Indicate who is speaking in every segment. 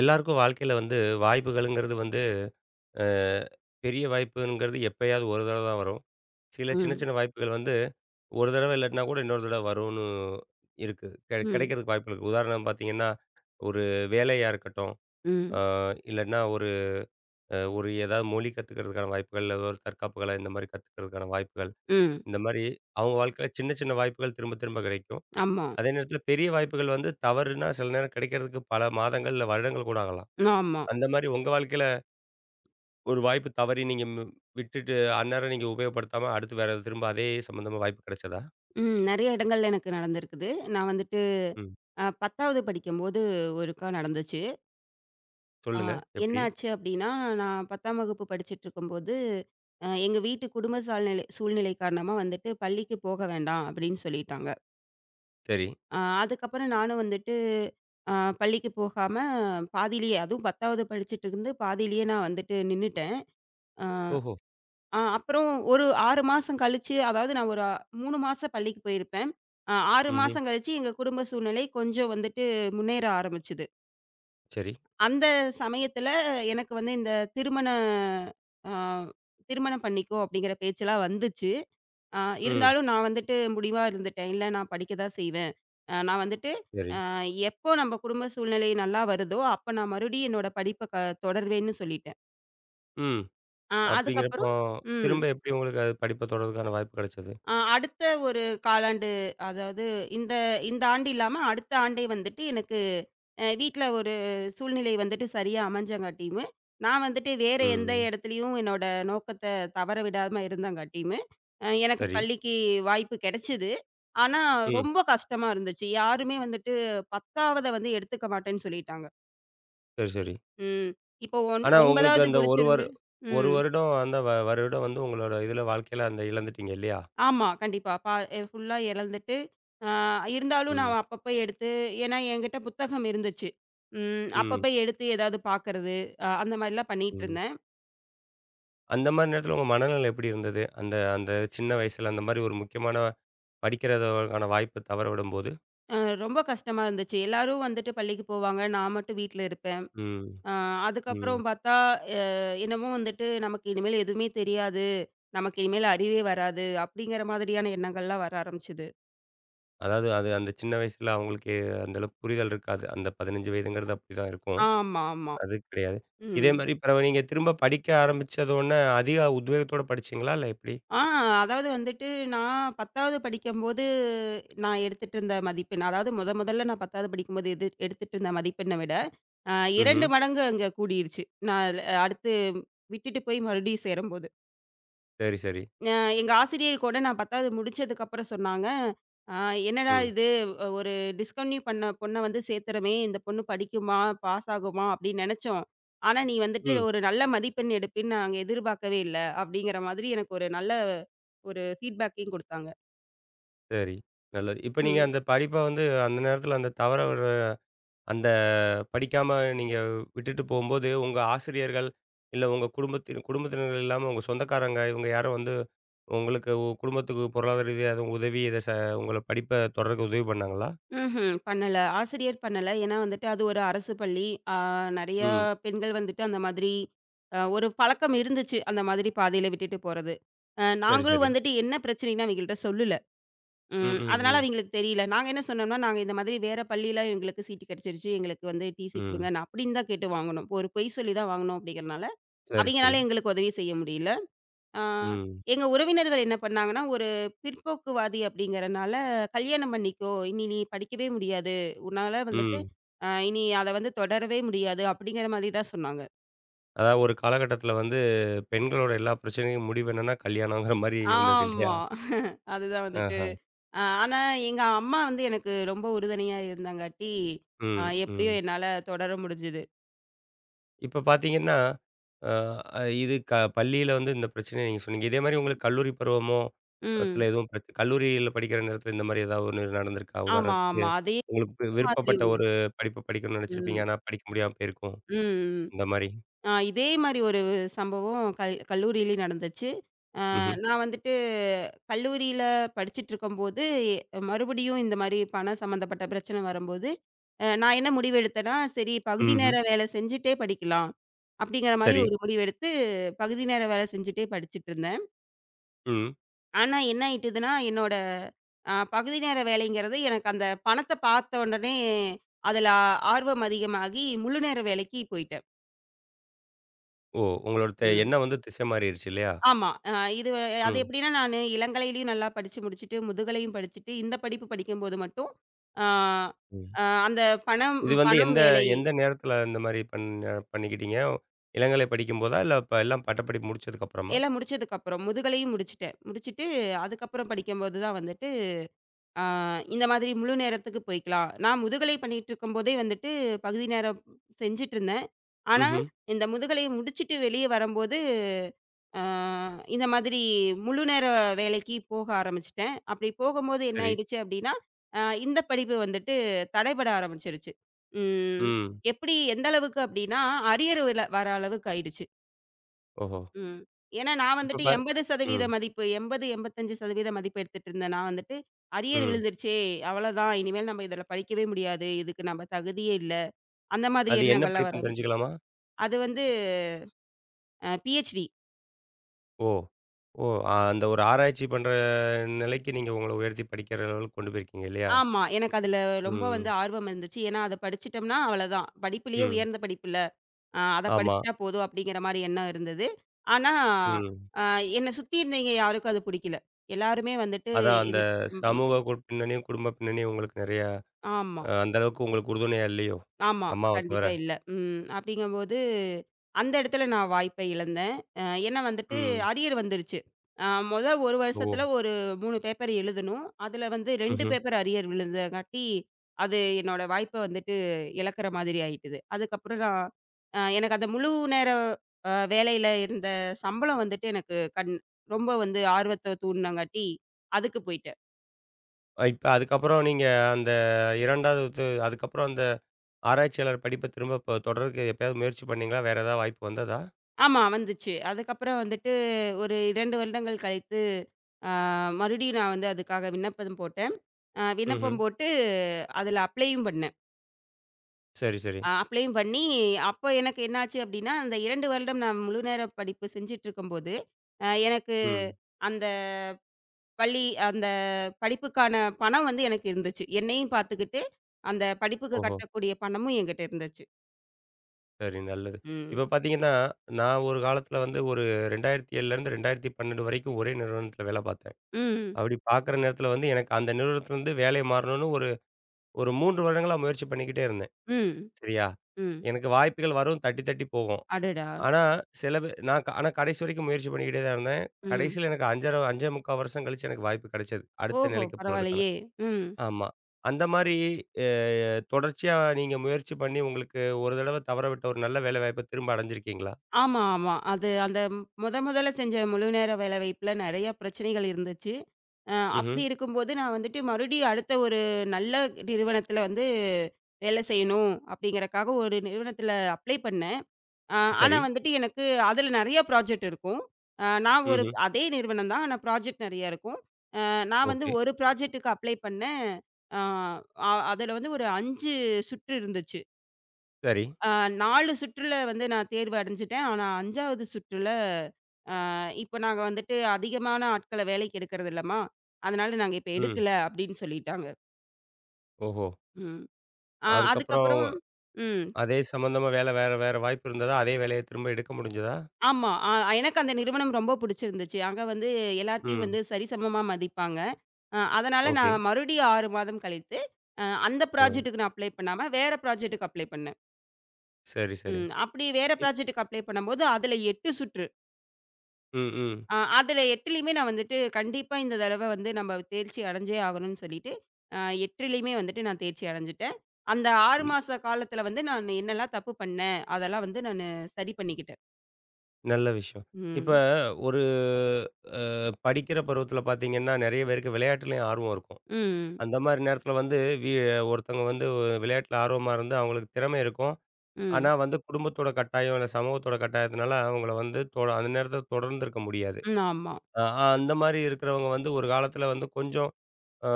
Speaker 1: எல்லாருக்கும் வாழ்க்கையில வந்து வாய்ப்புகள்ங்கிறது வந்து அ பெரிய வாய்ப்புங்கிறது எப்பயாவது ஒரு தடவ தான் வரும். சில சின்ன
Speaker 2: ம்.
Speaker 1: சின்ன வாய்ப்புகள் வந்து ஒரு தடவ இல்லாட்டினா கூட இன்னொரு தடவ வரும்னு இருக்கு.
Speaker 2: ம்.
Speaker 1: கிடைக்கிறதுக்கு வாய்ப்பு இருக்கு. உதாரணம் பார்த்தீங்கன்னா, ஒரு வேலையா இருக்கட்டும்,
Speaker 2: ம்.
Speaker 1: அ இல்லன்னா ஒரு ஒரு ஏதாவது மொழி கத்துக்கிறதுக்கான வாய்ப்புகள், இல்ல ஒரு தற்காப்பு கலை இந்த மாரி கத்துக்கிறதுக்கான வாய்ப்புகள்.
Speaker 2: ம்.
Speaker 1: இந்த மாரி அவங்க வாழ்க்கையில சின்ன சின்ன வாய்ப்புகள் திரும்ப திரும்ப கிடைக்கும்.
Speaker 2: ஆமா.
Speaker 1: அதே நேரத்தில பெரிய வாய்ப்புகள் வந்து தவறுனா சில நேரம் கிடைக்கிறதுக்கு பல மாதங்கள், இல்ல வருடங்கள் கூட ஆகலாம்.
Speaker 2: ஆமா.
Speaker 1: அந்த மாரி உங்க வாழ்க்கையில ஒரு வாய்ப்பு தவறி நீங்க விட்டுட்டு அந்நேரம் நீங்க உபயோகப்படுத்தாம அடுத்து வேற திரும்ப அதே சம்மந்தமா வாய்ப்பு கிடைச்சதா?
Speaker 2: ம். நெறைய இடங்கள்ல எனக்கு நடந்திருக்குது. நான் வந்துட்டு
Speaker 1: ம்.
Speaker 2: 10வது படிக்கும்போது ஒருக்கா நடந்துச்சு. அ
Speaker 1: சொல்லுங்க.
Speaker 2: என்ன
Speaker 1: எப்படி?
Speaker 2: ஆச்சு அப்டின்னா, நான் 10ஆம் வகுப்பு படிச்சுட்ருக்கும்போது, எங்க வீட்டு குடும்ப சால்நிலை சூழ்நிலை காரணமா வந்துட்டு பள்ளிக்கு போக வேண்டாம் அப்டின்னு சொல்லிட்டாங்க.
Speaker 1: சரி.
Speaker 2: அதுக்கப்புறம் நானும் வந்துட்டு அ பள்ளிக்கு போகாம பாதியிலேயே அதுவும் 10வது படிச்சுட்டு இருந்து பாதியிலேயே நான் வந்துட்டு நின்னுட்டேன். அ
Speaker 1: ஓஹோ!
Speaker 2: ஆ அப்புறம் ஒரு 6 மாசம் கழிச்சு, அதாவது நான் ஒரு 3 மாசம் பள்ளிக்கு போயிருப்பேன். 6
Speaker 1: ம்ஹ்ம்.
Speaker 2: மாசம் கழிச்சு எங்க குடும்ப சூழ்நிலை கொஞ்சம் வந்துட்டு முன்னேற ஆரம்பிச்சது.
Speaker 1: சரி.
Speaker 2: அந்த சமயத்துல எனக்கு வந்து இந்த திருமண அ திருமணம் பண்ணிக்கோ அப்படிங்கிற பேச்செல்லாம் வந்துச்சு. அ
Speaker 1: ம்.
Speaker 2: இருந்தாலும் நான் வந்துட்டு முடிவா இருந்துட்டேன். இல்ல நான் படிக்க தான் செய்வேன். நான் வந்துட்டு
Speaker 1: சரி.
Speaker 2: அ எப்போ நம்ம குடும்ப சூழ்நிலை நல்லா வருதோ, அப்ப நான் மறுபடியும் என்னோட படிப்ப க தொடர்வேன்னு சொல்லிட்டேன்.
Speaker 1: ம். அப்படிங்கிறப்போ
Speaker 2: அதுக்கப்புறம் ம்.
Speaker 1: திரும்ப எப்படி உங்களுக்கு அது படிப்ப தொடர்றதுக்கான வாய்ப்பு கிடைச்சது?
Speaker 2: அடுத்த ஒரு காலாண்டு, அதாவது இந்த இந்த ஆண்டு இல்லாம, அடுத்த ஆண்டே வந்துட்டு எனக்கு வீட்ல ஒரு சூழ்நிலை வந்துட்டு சரியா அமைஞ்சங்காட்டியும், நான் வந்துட்டு வேற எந்த
Speaker 1: ம்.
Speaker 2: இடத்துலயும் என்னோட நோக்கத்த தவற விடாம இருந்தங்காட்டியும், எனக்கு
Speaker 1: சரி.
Speaker 2: பள்ளிக்கு வாய்ப்பு கிடைச்சது. ஆனா,
Speaker 1: ம்.
Speaker 2: ரொம்ப கஷ்டமா இருந்துச்சு. யாருமே வந்துட்டு 10ஆவத வந்து எடுத்துக்க மாட்டேன்னு சொல்லிட்டாங்க.
Speaker 1: சரி, சரி.
Speaker 2: ம். இப்போ ஒன்
Speaker 1: ஆனா உங்களுக்கு
Speaker 2: 9வது
Speaker 1: அந்த
Speaker 2: முடிச்சிருந்து
Speaker 1: 1
Speaker 2: ம்.
Speaker 1: வருடம் அந்த வருடம் வந்து உங்களோட இதுல வாழ்க்கையில அந்த இழந்துட்டீங்க இல்லையா?
Speaker 2: ஆமா. கண்டிப்பா. பா எ ஃபுல்லா இழந்துட்டு, ஆ இருந்தாலும்
Speaker 1: ம்.
Speaker 2: நான் அப்பப்ப எடுத்து ஏன்னா என்கிட்ட புத்தகம் இருந்துச்சு. ம்
Speaker 1: ம்.
Speaker 2: அப்பப்ப எடுத்து ஏதாவது பார்க்கறது, அந்த மாரிலாம்
Speaker 1: ம்.
Speaker 2: பண்ணிட்டுருந்தேன்.
Speaker 1: அந்த மாரி நேரத்துல உங்க மனநிலை எப்படி இருந்தது? அந்த அந்த சின்ன வயசுல அந்த மாரி ஒரு முக்கியமான படிக்கிறதற்கான வாய்ப்ப தவற விடும்போது
Speaker 2: அ ரொம்ப கஷ்டமா இருந்துச்சு. எல்லாரும் வந்துட்டு பள்ளிக்கு போவாங்க. நான் மட்டும் வீட்ல இருப்பேன்.
Speaker 1: ம்,
Speaker 2: அ
Speaker 1: ம்.
Speaker 2: அதுக்கப்புறம் பார்த்தா, அ என்னமோ வந்துட்டு நமக்கு இனிமேல் எதுவுமே தெரியாது. நமக்கு இனிமேல் அறிவே வராது. அப்படிங்கிற மாதிரியான எண்ணங்கள்லாம் வர ஆரம்பிச்சது.
Speaker 1: அதாவது அது அந்த சின்ன வயசுல அவங்களுக்கு அந்த அளவுக்கு புரிதல் இருக்காது. அந்த 15 வயதுங்கிறது அப்படிதான் இருக்கும்.
Speaker 2: ஆமா, ஆமா.
Speaker 1: அது கிடையாது. இதே
Speaker 2: ம்.
Speaker 1: மாரி பிறவு நீங்க திரும்ப படிக்க ஆரம்பிச்சதோனே அதிக உத்வேகத்தோட படிச்சீங்களா? இல்ல எப்படி?
Speaker 2: ஆ அதாவது வந்துட்டு, நான் 10வது படிக்கும்போது, நான் எடுத்துட்டு இருந்த மதிப்பெண், அதாவது முதல்ல நான் 10வது படிக்கும்போது எது எடுத்துட்டு இருந்த மதிப்பெண்ண விட, அ
Speaker 1: ம்ஹ்ம்.
Speaker 2: 2 மடங்கு அங்க கூடிருச்சு. நான் அதுல அடுத்து விட்டுட்டு போய் மறுபடியும் சேரும்போது.
Speaker 1: சரி, சரி.
Speaker 2: அ எங்க ஆசிரியர் கூட நான் 10வது முடிச்சதுக்கப்புறம் சொன்னாங்க, "அ என்னடா
Speaker 1: ம்,
Speaker 2: இது ஒரு டிஸ்கன்டினியூ பண்ண பொண்ண வந்து சேர்த்துறோமே! இந்த பொண்ணு படிக்குமா? பாஸ் ஆகுமா? அப்படின்னு நெனச்சோம். ஆனா நீ வந்துட்டு
Speaker 1: ம்.
Speaker 2: ஒரு நல்ல மதிப்பெண் எடுப்பேன்னு நாங்க எதிர்பார்க்கவே இல்ல." அப்படிங்கிற மாதிரி எனக்கு ஒரு நல்ல ஒரு ஃபீட்பேக்கையும் குடுத்தாங்க.
Speaker 1: சரி. நல்லது. இப்ப நீங்க
Speaker 2: ம்.
Speaker 1: அந்த படிப்ப வந்து அந்த நேரத்துல அந்த தவற விடுற அந்த படிக்காம நீங்க விட்டுட்டு போம்போது, உங்க ஆசிரியர்கள், இல்ல உங்க குடும்பத்தின் குடும்பத்தினர்கள் இல்லாம உங்க சொந்தக்காரங்க, இவங்க யாரும் வந்து உங்களுக்கு குடும்பத்துக்கு பொருளாதார ரீதியா எதுவும் உதவி இத உங்கள படிப்ப தொடர்றதுக்கு உதவி பண்ணாங்களா?
Speaker 2: ம்ஹ்ம். பண்ணல. ஆசிரியர் பண்ணல. ஏன்னா வந்துட்டு அது ஒரு அரசு பள்ளி. அ நெறைய
Speaker 1: ம்.
Speaker 2: பெண்கள் வந்துட்டு அந்த மாதிரி ஒரு பழக்கம் இருந்துச்சு. அந்த மாதிரி பாதையில விட்டுட்டு போறது.
Speaker 1: சரி,
Speaker 2: நாங்களும்
Speaker 1: சரி.
Speaker 2: வந்துட்டு என்ன பிரச்சனைன்னு அவைங்கள்ட்ட சொல்லல.
Speaker 1: ம்,
Speaker 2: ம்.
Speaker 1: ம்,
Speaker 2: அதனால
Speaker 1: ம்,
Speaker 2: அவைங்களுக்கு தெரியல. நாங்க என்ன சொன்னோம்னா, நாங்க இந்த மாதிரி வேற பள்ளியில எங்களுக்கு சீட்டு கிடைச்சிருச்சு. எங்களுக்கு வந்து டிசி
Speaker 1: ம்.
Speaker 2: குடுங்க. நான் அப்படின்னு தான் கேட்டு வாங்குனோம். ஒரு பொய் சொல்லி தான் வாங்குனோம் அப்படிங்கிறனால,
Speaker 1: சரி, சரி.
Speaker 2: அவைங்கனால எங்களுக்கு உதவி செய்ய முடியல. ஆ
Speaker 1: ம்,
Speaker 2: எங்க உறவினர்கள் என்ன பண்ணாங்கன்னா, ஒரு பிற்போக்குவாதி அப்படிங்கிறனால, "கல்யாணம் பண்ணிக்கோ. இனி நீ படிக்கவே முடியாது. உன்னால வந்துட்டு
Speaker 1: ம்.
Speaker 2: இனி அத வந்து தொடரவே முடியாது." அப்படிங்கிற மாதிரி தான் சொன்னாங்க.
Speaker 1: அதாவது ஒரு காலகட்டத்தில வந்து பெண்களோட எல்லா பிரச்சனையும் முடிவு என்னன்னா, கல்யாணங்கிற மாரி இருந்தது இல்லையா?
Speaker 2: ஆமா. அதுதான் வந்துட்டு.
Speaker 1: ஆஹ.
Speaker 2: ஆனா, எங்க அம்மா வந்து எனக்கு ரொம்ப உறுதுணையா இருந்தாங்காட்டி,
Speaker 1: ம்,
Speaker 2: எப்படியோ
Speaker 1: ம்.
Speaker 2: என்னால தொடர முடிஞ்சது.
Speaker 1: இப்ப பார்த்தீங்கன்னா, அ அ இது பள்ளியில வந்து இந்த பிரச்சனைய நீங்க சொன்னீங்க. இதே மாரி உங்களுக்கு கல்லூரி பருவமோ அதுல
Speaker 2: ம்.
Speaker 1: எதுவும் கல்லூரியில படிக்கிற நேரத்துல இந்த மாரி ஏதாவது ஒண்ணு நடந்திருக்கா?
Speaker 2: ஆமா,
Speaker 1: உதாரணத்துக்கு
Speaker 2: ஆமா. அதே
Speaker 1: உங்களுக்கு
Speaker 2: இதே மாதிரி
Speaker 1: விருப்பப்பட்ட
Speaker 2: ஒண்ணு.
Speaker 1: ஒரு படிப்ப படிக்கணும்னு நெனச்சிருப்பீங்க.
Speaker 2: ம்.
Speaker 1: ஆனா படிக்க முடியாம போயிருக்கும்.
Speaker 2: ம், ம்.
Speaker 1: இந்த மாரி.
Speaker 2: இதே மாரி ஒரு சம்பவம் கல் கல்லூரியிலயும் நடந்துச்சு. அ
Speaker 1: ம்ஹ்ம்.
Speaker 2: நான் வந்துட்டு கல்லூரியில படிச்சுட்டுருக்கும்போது, மறுபடியும் இந்த மாரி பணம் சம்மந்தப்பட்ட பிரச்சனை வரும்போது, நான் என்ன முடிவு எடுத்தேன்னா, சரி பகுதி
Speaker 1: ம்ஹ்ம்.
Speaker 2: நேர வேலை செஞ்சுட்டே படிக்கலாம். அப்படிங்கிற மாரி
Speaker 1: சரி.
Speaker 2: ஒரு முடிவெடுத்து, பகுதி நேர வேலை செஞ்சுட்டே படிச்சுட்டு இருந்தேன்.
Speaker 1: ம்.
Speaker 2: ஆனா என்ன ஆயிட்டுதுன்னா, என்னோட பகுதி நேர வேலைங்கிறது எனக்கு அந்த பணத்த பார்த்த உடனே அதுல ஆர்வம் அதிகமாகி முழு நேர வேலைக்கு போயிட்டேன்.
Speaker 1: ஓ! உங்களோட
Speaker 2: ம்.
Speaker 1: எண்ணம் வந்து திசை மாறிருச்சு இல்லையா?
Speaker 2: ஆமா. அது
Speaker 1: ம்.
Speaker 2: எப்படின்னா நானு இளங்கலையிலயும் நல்லா படிச்சு முடிச்சுட்டு, முதுகலையும் படிச்சுட்டு, இந்த படிப்பு படிக்கும்போது மட்டும் அ
Speaker 1: ம்.
Speaker 2: அ அந்த பணம்
Speaker 1: இது வந்து
Speaker 2: பணம்
Speaker 1: எந்த
Speaker 2: வேலை
Speaker 1: எந்த நேரத்துல இந்த மாரி பண்ணிக்கிட்டீங்க? இளங்கலை படிக்கும்போதா? இல்ல இப்ப எல்லாம் பட்டப்படிப்பு முடிச்சதுக்கு அப்புறமா?
Speaker 2: எல்லாம் முடிச்சதுக்கப்புறம், முதுகலையும் முடிச்சுட்டேன். முடிச்சுட்டு அதுக்கப்புறம் படிக்கும்போது தான் வந்துட்டு ஆ, இந்த மாதிரி முழு நேரத்துக்கு போய்க்கலாம். நான் முதுகலை பண்ணிட்டு இருக்கும்போதே வந்துட்டு பகுதி நேரம் செஞ்சுட்டு இருந்தேன். ஆனா,
Speaker 1: ம்ஹ்ம்.
Speaker 2: இந்த முதுகலைய முடிச்சுட்டு வெளிய வரும்போது, ஆ இந்த மாதிரி முழு நேர வேலைக்கு போக ஆரம்பிச்சுட்டேன். அப்படி போகும்போது என்ன
Speaker 1: சரி.
Speaker 2: ஆயிடுச்சு அப்படின்னா, இந்த படிப்பு வந்துட்டு தடைபட ஆரம்பிச்சுருச்சு. ம்
Speaker 1: ம்.
Speaker 2: எப்படி எந்த அளவுக்கு அப்படின்னா, அரியர் விழ வர அளவுக்கு ஆயிடுச்சு.
Speaker 1: ஓஹோ!
Speaker 2: ம். ஏன்னா நான்
Speaker 1: இப்ப
Speaker 2: வந்துட்டு
Speaker 1: பா ம்,
Speaker 2: 80% மதிப்பு 80, 85% மதிப்பு எடுத்துட்டு இருந்தேன். நான் வந்துட்டு அரியர்
Speaker 1: ம்.
Speaker 2: விழுந்துருச்சே! அவ்வளதான். இனிமேல் நம்ம இதில படிக்கவே முடியாது. இதுக்கு நம்ம தகுதியே இல்ல. அந்த மாதிரி
Speaker 1: அது என்ன
Speaker 2: எண்ணங்கள்லாம் வர
Speaker 1: படிப்புன்னு
Speaker 2: ஆரம்பிச்சுருச்சு.
Speaker 1: தெரிஞ்சுக்கலாமா?
Speaker 2: அது வந்து பிஹெச்டி.
Speaker 1: ஓ! ஓ! அந்த ஒரு ஆராய்ச்சி பண்ற நிலைக்கு நீங்க உங்கள உயர்த்தி படிக்கிற அளவுக்கு கொண்டு போயிருக்கீங்க இல்லையா?
Speaker 2: ஆமா. எனக்கு அதில ரொம்ப வந்து
Speaker 1: ம்,
Speaker 2: ஆர்வம் இருந்துச்சு. ஏன்னா அத படிச்சுட்டோம்னா அவ்வளதான். படிப்பிலேயே
Speaker 1: ம்.
Speaker 2: உயர்ந்த படிப்பு இல்ல. அத
Speaker 1: ஆமா.
Speaker 2: படிச்சுட்டா போதும் அப்படிங்கிற மாரி எண்ணம் இருந்தது. ஆனா,
Speaker 1: ம்.
Speaker 2: அ என்ன சுத்தி இருந்தவைங்க யாருக்கும் அது புடிக்கல. எல்லாருமே வந்துட்டு
Speaker 1: அதான் அந்த
Speaker 2: இது ம். ம்,
Speaker 1: சமூக பின்னணியும், குடும்ப பின்னணியும் உங்களுக்கு நெறையா
Speaker 2: ஆமா.
Speaker 1: அந்த அளவுக்கு உங்களுக்கு உறுதுணையா இல்லையோ?
Speaker 2: ஆமா.
Speaker 1: அம்மாவ தவிர.
Speaker 2: கண்டிப்பா இல்ல. ம். அப்படிங்கும்போது, அந்த இடத்துல நான் வாய்ப்பை இழந்தேன். அ ஏன்னா வந்துட்டு
Speaker 1: ம்.
Speaker 2: அரியர் வந்துருச்சு. அ மொத 1
Speaker 1: ஓ!
Speaker 2: வருஷத்துல ஒரு 3 பேப்பர் எழுதணும். அதுல வந்து 2
Speaker 1: ம்ஹ்ம்.
Speaker 2: பேப்பர் அரியர் விழுந்தங்காட்டி, அது என்னோட வாய்ப்ப வந்துட்டு இழக்கிற மாதிரி ஆயிட்டுது. அதுக்கப்புறம் நான் எனக்கு அந்த முழு நேர வேலையில இருந்த சம்பளம் வந்துட்டு எனக்கு ரொம்ப வந்து ஆர்வத்த தூண்டுனங்காட்டி, அதுக்கு போயிட்டேன்.
Speaker 1: இப்ப அதுக்கப்புறம் நீங்க அந்த 2வது இது அதுக்கப்புறம் அந்த ஆராய்ச்சியாளர் படிப்ப திரும்ப இப்ப தொடர்றதுக்கு எப்பயாவது முயற்சி பண்ணீங்களா? வேற ஏதாவது வாய்ப்பு வந்ததா?
Speaker 2: ஆமா வந்துச்சு. அதுக்கப்புறம் வந்துட்டு ஒரு 2 வருடங்கள் கழித்து, ஆ மறுபடியும் நான் வந்து அதுக்காக விண்ணப்பம் போட்டேன்.
Speaker 1: ம்ஹ்ம்.
Speaker 2: விண்ணப்பம் போட்டு அதில அப்ளையும் பண்ணேன்.
Speaker 1: சரி, சரி.
Speaker 2: அப்ளையும் பண்ணி அப்போ எனக்கு என்னாச்சு அப்டின்னா, அந்த 2 வருடம் நான் முழு நேர படிப்பு செஞ்சுட்ருக்கும்போது, எனக்கு
Speaker 1: ம்.
Speaker 2: அந்த பள்ளி அந்த படிப்புக்கான பணம் வந்து எனக்கு இருந்துச்சு. என்னையும் பார்த்துக்கிட்டு, அந்த படிப்புக்கு
Speaker 1: ஓஹோ!
Speaker 2: கட்டக்கூடிய பணமும் என்கிட்ட இருந்துச்சு.
Speaker 1: சரி, நல்லது.
Speaker 2: ம்.
Speaker 1: இப்ப பார்த்தீங்கன்னா, நான் ஒரு காலத்தில வந்து ஒரு 2007லேருந்து 2012 வரைக்கும் ஒரே நிறுவனத்தில வேலை பார்த்தேன்.
Speaker 2: ம்.
Speaker 1: அப்படி பார்க்குற நேரத்தில வந்து எனக்கு அந்த நிறுவனத்திலருந்து வேலை மாறணும்னு ஒரு ஒரு 3 வருடங்களா முயற்சி பண்ணிக்கிட்டே இருந்தேன்.
Speaker 2: ம்.
Speaker 1: சரியா?
Speaker 2: ம்.
Speaker 1: எனக்கு வாய்ப்புகள் வரும், தட்டி தட்டி போகும்.
Speaker 2: அடடா!
Speaker 1: ஆனா, சில பே நான் ஆனா கடைசி வரைக்கும் முயற்சி பண்ணிக்கிட்டே தான் இருந்தேன்.
Speaker 2: ம்.
Speaker 1: கடைசியில எனக்கு 5 1/2 5 1/4 வருஷம் கழிச்சு எனக்கு வாய்ப்பு கிடைச்சது. அடுத்த
Speaker 2: ஓஹோ!
Speaker 1: நிலைக்கு போறதுக்கான.
Speaker 2: பரவாயில்லையே! ம்.
Speaker 1: ஆமா. அந்த மாரி அ தொடர்ச்சியா நீங்க முயற்சி பண்ணி உங்களுக்கு ஒரு தடவ தவற விட்ட ஒரு நல்ல வேலை வாய்ப்ப திரும்ப அடைஞ்சிருக்கீங்களா?
Speaker 2: ஆமா, ஆமா. அது அந்த மொதல்ல செஞ்ச முழு நேர வேலைவாய்ப்புல நெறைய பிரச்சனைகள் இருந்துச்சு.
Speaker 1: ம்ஹ்ம்.
Speaker 2: அப்படி இருக்கும்போது நான் வந்துட்டு மறுபடியும் அடுத்த ஒரு நல்ல நிறுவனத்துல வந்து வேலை செய்யணும் அப்படிங்கிறக்காக ஒரு நிறுவனத்துல அப்ளை பண்ணேன். அ ஆனா
Speaker 1: சரி.
Speaker 2: வந்துட்டு எனக்கு அதுல நெறைய ப்ராஜெக்ட் இருக்கும். நான் ஒரு
Speaker 1: ம்ஹ்ம்.
Speaker 2: அதே நிறுவனம் தான். ஆனா ப்ராஜெக்ட் நெறைய இருக்கும். நான் வந்து
Speaker 1: ஓகே.
Speaker 2: ஒரு ப்ராஜெக்ட்டுக்கு அப்ளை பண்ணேன். அ அ அதுல வந்து ஒரு 5 சுற்று இருந்துச்சு.
Speaker 1: சரி.
Speaker 2: அ 4 சுற்றுல வந்து நான் தேர்வு அடைஞ்சுட்டேன். ஆனா 5வது சுற்றுல இப்ப நாங்க வந்துட்டு அதிகமான ஆட்கள வேலைக்கு எடுக்கிறது இல்லம்மா. அதனால நாங்க இப்ப
Speaker 1: ம்.
Speaker 2: எடுக்கல அப்படின்னு சொல்லிட்டாங்க.
Speaker 1: ஓஹோ!
Speaker 2: ம்.
Speaker 1: அதுக்கப்புறம்
Speaker 2: அதுக்கப்புறம் ம்.
Speaker 1: அதே சம்மந்தமா வேலை வேற வேற வாய்ப்பு இருந்ததா? அதே வேலைய திரும்ப எடுக்க முடிஞ்சதா?
Speaker 2: ஆமா. எனக்கு அந்த நிறுவனம் ரொம்ப புடிச்சிருந்துச்சு. அங்க வந்து எல்லாத்தையும்
Speaker 1: ம்.
Speaker 2: வந்து சரிசமமா மதிப்பாங்க. அதனால
Speaker 1: ஓகே.
Speaker 2: நான் மறுபடியும் 6 மாதம் கழித்து, அ அந்த
Speaker 1: ம்.
Speaker 2: ப்ராஜெக்ட்டுக்கு நான் அப்ளை பண்ணாம, வேற ப்ராஜெக்ட்டுக்கு அப்ளை பண்ணேன்.
Speaker 1: சரி, சரி.
Speaker 2: ம். அப்படி வேற
Speaker 1: இப்
Speaker 2: ப்ராஜெக்ட்டுக்கு அப்ளை பண்ணும்போது, அதுல 8 சுற்று.
Speaker 1: ம், ம்.
Speaker 2: அதில 8லயுமே நான் வந்துட்டு கண்டிப்பா இந்த தடவ வந்து நம்ம தேர்ச்சி அடைஞ்சே ஆகணும்னு சொல்லிட்டு, அ 8லயுமே வந்துட்டு நான் தேர்ச்சி அடைஞ்சுட்டேன். அந்த 6
Speaker 1: ம்.
Speaker 2: மாச காலத்தில வந்து நான் என்னலாம் தப்பு பண்ணேன், அதெல்லாம் வந்து நானு சரி பண்ணிக்கிட்டேன்.
Speaker 1: நல்ல விஷயம். இப்ப
Speaker 2: ம்.
Speaker 1: ஒரு அ படிக்கிற பருவத்தில பார்த்தீங்கன்னா, நெறைய பேருக்கு விளையாட்டுலயும் ஆர்வம் இருக்கும்.
Speaker 2: ம்.
Speaker 1: அந்த மாரி நேரத்தில வந்து வி ஒருத்தவங்க வந்து விளையாட்டுல ஆர்வமா இருந்து அவங்களுக்கு திறமை இருக்கும்.
Speaker 2: ம்.
Speaker 1: ஆனா வந்து குடும்பத்தோட கட்டாயம், இல்ல சமூகத்தோட கட்டாயத்தினால அவங்கள வந்து அந்த நேரத்தில தொடர்ந்திருக்க முடியாது.
Speaker 2: ம். ஆமா.
Speaker 1: அ அந்த மாரி இருக்கிறவங்க வந்து ஒரு காலத்தில வந்து கொஞ்சம் அ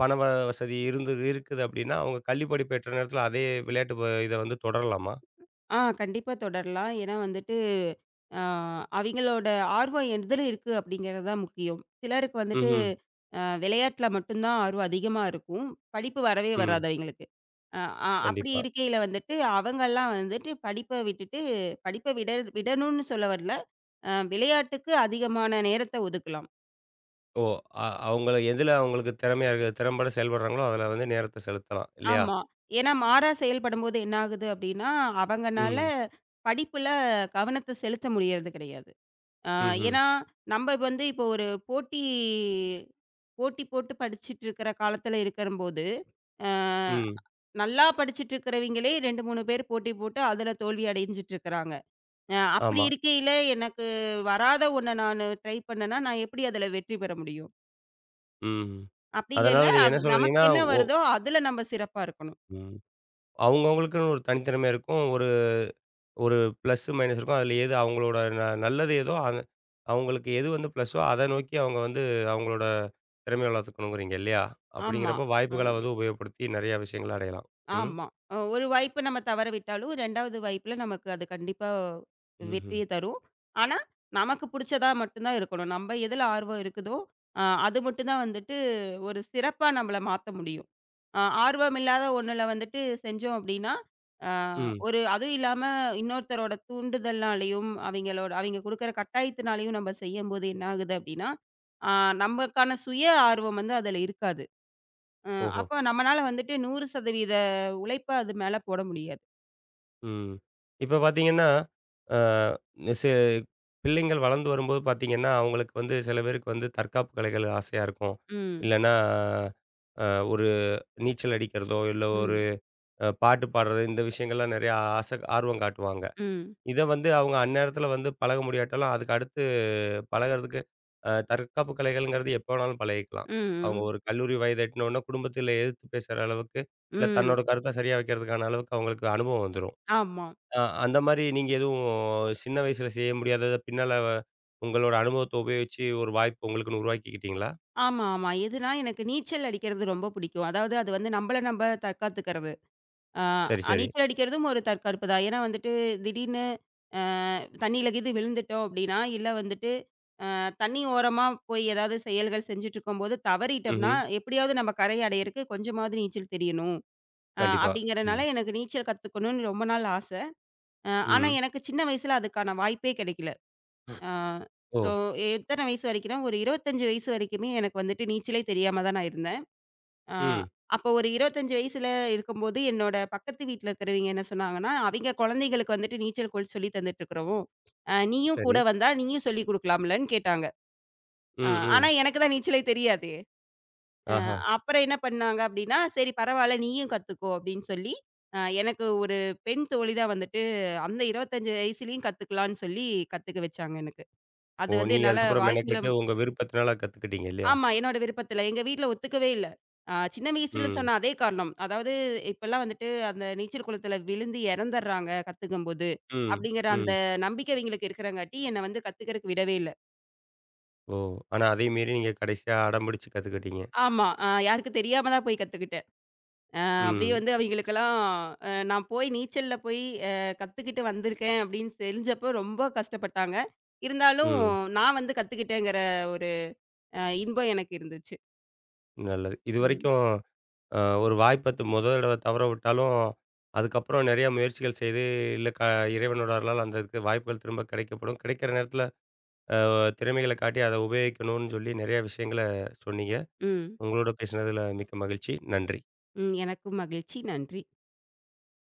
Speaker 1: பண வசதி இருந்து இருக்குது அப்டின்னா, அவங்க கல்வி படிப்பு எட்டுற நேரத்தில அதே விளையாட்டு இத வந்து தொடரலாமா?
Speaker 2: கண்டிப்பா தொடரலாம். ஏன்னா வந்துட்டு, அ அவிங்களோட ஆர்வம் எதில இருக்கு அப்படிங்கிறது தான் முக்கியம். சிலருக்கு வந்துட்டு
Speaker 1: ம்ஹ்ம்.
Speaker 2: விளையாட்ல மட்டும் தான் ஆர்வம் அதிகமா இருக்கும். படிப்பு வரவே
Speaker 1: ம்.
Speaker 2: வராது அவிங்களுக்கு. அ அ அப்படி
Speaker 1: கண்டிப்பா.
Speaker 2: இருக்கையில வந்துட்டு அவங்கலாம் வந்துட்டு படிப்ப விட்டுட்டு படிப்ப விட விடணும்னு சொல்ல வரல. விளையாட்டுக்கு அதிகமான நேரத்த ஒதுக்கலாம்.
Speaker 1: ஓ! அவங்கள எதுல அவங்களுக்கு திறமையா இருக்கு திறம்பட செயல்படுறாங்களோ, அதுல வந்து நேரத்த செலுத்தலாம் இல்லையா?
Speaker 2: ஆமா. ஏன்னா மாறா செயல்படும்போது என்ன ஆகுது அப்படின்னா, அவங்கனால
Speaker 1: ம்.
Speaker 2: படிப்புல கவனத்த செலுத்த முடியறது கிடையாது. ஆ,
Speaker 1: ம்ஹ்ம்.
Speaker 2: ஏன்னா, நம்ம வந்து இப்போ ஒரு போட்டி போட்டி போட்டு படிச்சுட்டு இருக்கிற காலத்துல இருக்கம்போது, ஆ
Speaker 1: ம்.
Speaker 2: நல்லா படிச்சுட்டு இருக்கிறவைங்களே 2, 3 பேர் போட்டி போட்டு அதுல தோல்வி அடைஞ்சுட்டு இருக்கிறாங்க. அப்படி
Speaker 1: ஆமா.
Speaker 2: இருக்கையில எனக்கு வராத ஒண்ண நானு ட்ரை பண்ணேன்னா, நான் எப்படி அதுல வெற்றி பெற முடியும்?
Speaker 1: ம்.
Speaker 2: அப்படிங்கையில,
Speaker 1: அதனால நீங்க
Speaker 2: அவ்
Speaker 1: என்ன
Speaker 2: நமக்கு
Speaker 1: சொல்றீங்கன்னா,
Speaker 2: என்ன வருதோ அதுல நம்ம சிறப்பா இருக்கணும்.
Speaker 1: ம் அவங்கவங்களுக்குன்னு ஒரு தனித்திறமை இருக்கும். ஒரு ப்ளஸ்ஸு, மைனஸ் இருக்கும். அதில எது அவங்களோட நல்லது எதோ, அது அவங்களுக்கு எது வந்து ப்ளஸ்ஸோ, அத நோக்கி அவங்க வந்து அவங்களோட திறமைய வளர்த்துக்கணுங்கிறீங்க இல்லையா?
Speaker 2: ஆமா.
Speaker 1: அப்படிங்கிறப்போ
Speaker 2: ஆ.
Speaker 1: வாய்ப்புகள வந்து உபயோகப்படுத்தி நெறைய விஷயங்கள அடையலாம். ம்.
Speaker 2: ஆமா. ஒரு வாய்ப்பு நம்ம தவற விட்டாலும், 2வது வாய்ப்புல நமக்கு அது கண்டிப்பா
Speaker 1: ம்ஹ்ம்.
Speaker 2: வெற்றிய தரும். ஆனா, நமக்கு புடிச்சதா மட்டும் தான் இருக்கணும். நம்ம எதுல ஆர்வம் இருக்குதோ, அது மட்டும் தான் வந்துட்டு ஒரு சிறப்பா நம்மள மாத்த முடியும். ஆர்வம் இல்லாத ஒண்ணுல வந்துட்டு செஞ்சோம் அப்டின்னா, அ
Speaker 1: ம்.
Speaker 2: ஒரு அதுவும் இல்லாம இன்னொருத்தரோட தூண்டுதல்னாலயும், அவைங்களோட அவைங்க குடுக்குற கட்டாயத்தினாலயும் நம்ம செய்யும்போது என்ன ஆகுது அப்டின்னா, அ நமக்கான சுய ஆர்வம் வந்து அதுல இருக்காது. அ
Speaker 1: ஓஹோ!
Speaker 2: அப்ப நம்மனால வந்துட்டு 100% உழைப்ப அது மேல போட முடியாது.
Speaker 1: ம். இப்ப பார்த்தீங்கன்னா, அ செ பிள்ளைங்கள் வளர்ந்து வரும்போது பார்த்தீங்கன்னா, அவங்களுக்கு வந்து சில பேருக்கு வந்து தற்காப்பு கலைகள் ஆசையா இருக்கும்.
Speaker 2: ம்.
Speaker 1: இல்லன்னா, அ ஒரு நீச்சல் அடிக்கிறதோ, இல்ல ஒரு
Speaker 2: ம்.
Speaker 1: பாட்டு பாடுறது இந்த விஷயங்கள்லாம் நெறையா ஆர்வம் காட்டுவாங்க.
Speaker 2: ம்.
Speaker 1: இத வந்து அவங்க அந்நேரத்துல வந்து பழக முடியாட்டாலும், அதுக்கு அடுத்து பழகுறதுக்கு தற்காப்பு கலைகள்ங்கிறது எப்ப வேணாலும் பழகிக்கலாம்.
Speaker 2: ம்.
Speaker 1: அவங்க
Speaker 2: ம்.
Speaker 1: ஒரு கல்லூரி வயது எட்டுனோன குடும்பத்தில எதிர்த்து பேசுற அளவுக்கு, இல்ல
Speaker 2: ம்.
Speaker 1: தன்னோட கருத்த சரியா வைக்கிறதுக்கான அளவுக்கு அவங்களுக்கு அனுபவம் வந்துரும்.
Speaker 2: ஆமா.
Speaker 1: அந்த மாரி நீங்க எதுவும் சின்ன வயசுல செய்ய முடியாதத பின்னால உங்களோட அனுபவத்த உபயோகிச்சு ஒரு வாய்ப்பு உங்களுக்குன்னு உருவாக்கிக்கிட்டீங்களா?
Speaker 2: ஆமா, ஆமா. எதுனா எனக்கு நீச்சல் அடிக்கிறது ரொம்ப பிடிக்கும். அதாவது அது வந்து நம்மள நம்ம தற்காத்துக்கிறது. ஆ
Speaker 1: சரி, சரி.
Speaker 2: நீச்சல் அடிக்கிறதும் ஒரு தற்காப்பு தான். ஏன்னா வந்துட்டு திடீர்னு அ தண்ணியில கீது விழுந்துட்டோம் அப்படின்னா, இல்ல வந்துட்டு தண்ணி ஓரமா போய் ஏதாவது செயல்கள் செஞ்சுட்டு இருக்கும்போது தவறிட்டோம்னா,
Speaker 1: ம்ஹ்ம்.
Speaker 2: எப்படியாவது நம்ம கரை அடையறக்கு கொஞ்சமாவது நீச்சல் தெரியணும்.
Speaker 1: கண்டிப்பா.
Speaker 2: அப்படிங்கிறனால
Speaker 1: ம்.
Speaker 2: எனக்கு நீச்சல் கத்துக்கணும்னு ரொம்ப நாள் ஆச. ஆனா,
Speaker 1: ம்.
Speaker 2: எனக்கு சின்ன வயசுல அதுக்கான வாய்ப்பே கிடைக்கல. அ
Speaker 1: ஓ!
Speaker 2: ஒ எத்தன வயசு வரைக்கும்னா, ஒரு 25 வயசு வரைக்குமே எனக்கு வந்துட்டு நீச்சலே தெரியாம தான் நான் இருந்தேன். அ
Speaker 1: ம்.
Speaker 2: அப்போ ஒரு 25 வயசுல இருக்கும்போது, என்னோட பக்கத்து வீட்ல இருக்கிறவைங்க என்ன சொன்னாங்கன்னா, "அவைங்க குழந்தைகளுக்கு வந்துட்டு நீச்சல் கூட சொல்லி தந்துட்டு இருக்கிறோம். நீயும்
Speaker 1: சரி.
Speaker 2: கூட வந்தா, நீயும் சொல்லிக் குடுக்கலாம்லன்னு" கேட்டாங்க. அ
Speaker 1: ம்,
Speaker 2: ஆனா,
Speaker 1: ம்.
Speaker 2: எனக்கு தான் நீச்சலே தெரியாதே! அ
Speaker 1: ஆஹா.
Speaker 2: அப்புறம் என்ன பண்ணாங்க அப்படின்னா, "சரி பரவால்ல நீயும் கத்துக்கோ" அப்படின்னு சொல்லி, எனக்கு ஒரு பெண் தோழி தான் வந்துட்டு அந்த 25 வயசுலயும் கத்துக்கலான்னு சொல்லி கத்துக்க வச்சாங்க எனக்கு. அது
Speaker 1: ஓ!
Speaker 2: வந்து
Speaker 1: நீங்க
Speaker 2: என்னால
Speaker 1: அதுக்கப்புறம்
Speaker 2: வாழ்க்கையில
Speaker 1: மெனக்கெட்டு உங்க விருப்பத்தினால கத்துக்கிட்டீங்க இல்லையா?
Speaker 2: ஆமா என்னோட விருப்பத்தில. எங்க வீட்ல ஒத்துக்கவே இல்ல. சின்ன வயசுல
Speaker 1: ம்.
Speaker 2: சொன்ன அதே காரணம். அதாவது இப்பலாம் வந்துட்டு அந்த நீச்சல் குளத்தில விழுந்து இறந்துடுறாங்க கத்துக்கும்போது,
Speaker 1: ம்,
Speaker 2: அப்படிங்கிற அந்த
Speaker 1: ம்.
Speaker 2: நம்பிக்கை இவங்களுக்கு இருக்கிறங்காட்டி, என்ன வந்து கத்துக்கிறதுக்கு விடவே இல்ல.
Speaker 1: ஓ! ஆனா அதையும் மீறி நீங்க கடைசியா அடம்பிடிச்சு கத்துக்கிட்டீங்க.
Speaker 2: ஆமா. யாருக்கும் தெரியாம தான் போய் கத்துக்கிட்டேன். அப்படியே
Speaker 1: ம்,
Speaker 2: வந்து அவைங்களுக்கெல்லாம் நான் போய் நீச்சல்ல போய் அ கத்துக்கிட்டு வந்திருக்கேன் அப்படின்னு தெரிஞ்சப்போ ரொம்ப கஷ்டப்பட்டாங்க. இருந்தாலும்
Speaker 1: ம்.
Speaker 2: நான் வந்து கத்துக்கிட்டேங்கிற ஒரு இன்பம் எனக்கு இருந்துச்சு.
Speaker 1: நல்லது.
Speaker 2: ம்.
Speaker 1: இதுவரைக்கும் ஒரு வாய்ப்ப முதல் தடவ தவற விட்டாலும், அதுக்கப்புறம் நெறைய முயற்சிகள் செய்து, இல்ல இறைவனோட அருளால அந்த இதுக்கு வாய்ப்புகள் திரும்ப கிடைக்கப்படும். கிடைக்கிற நேரத்தில அ திறமைகள காட்டி அத உபயோகிக்கணும்னு சொல்லி நெறைய விஷயங்கள சொன்னீங்க.
Speaker 2: ம்.
Speaker 1: உங்களோட பேசினதில மிக்க மகிழ்ச்சி. நன்றி.
Speaker 2: ம். எனக்கும் மகிழ்ச்சி. நன்றி.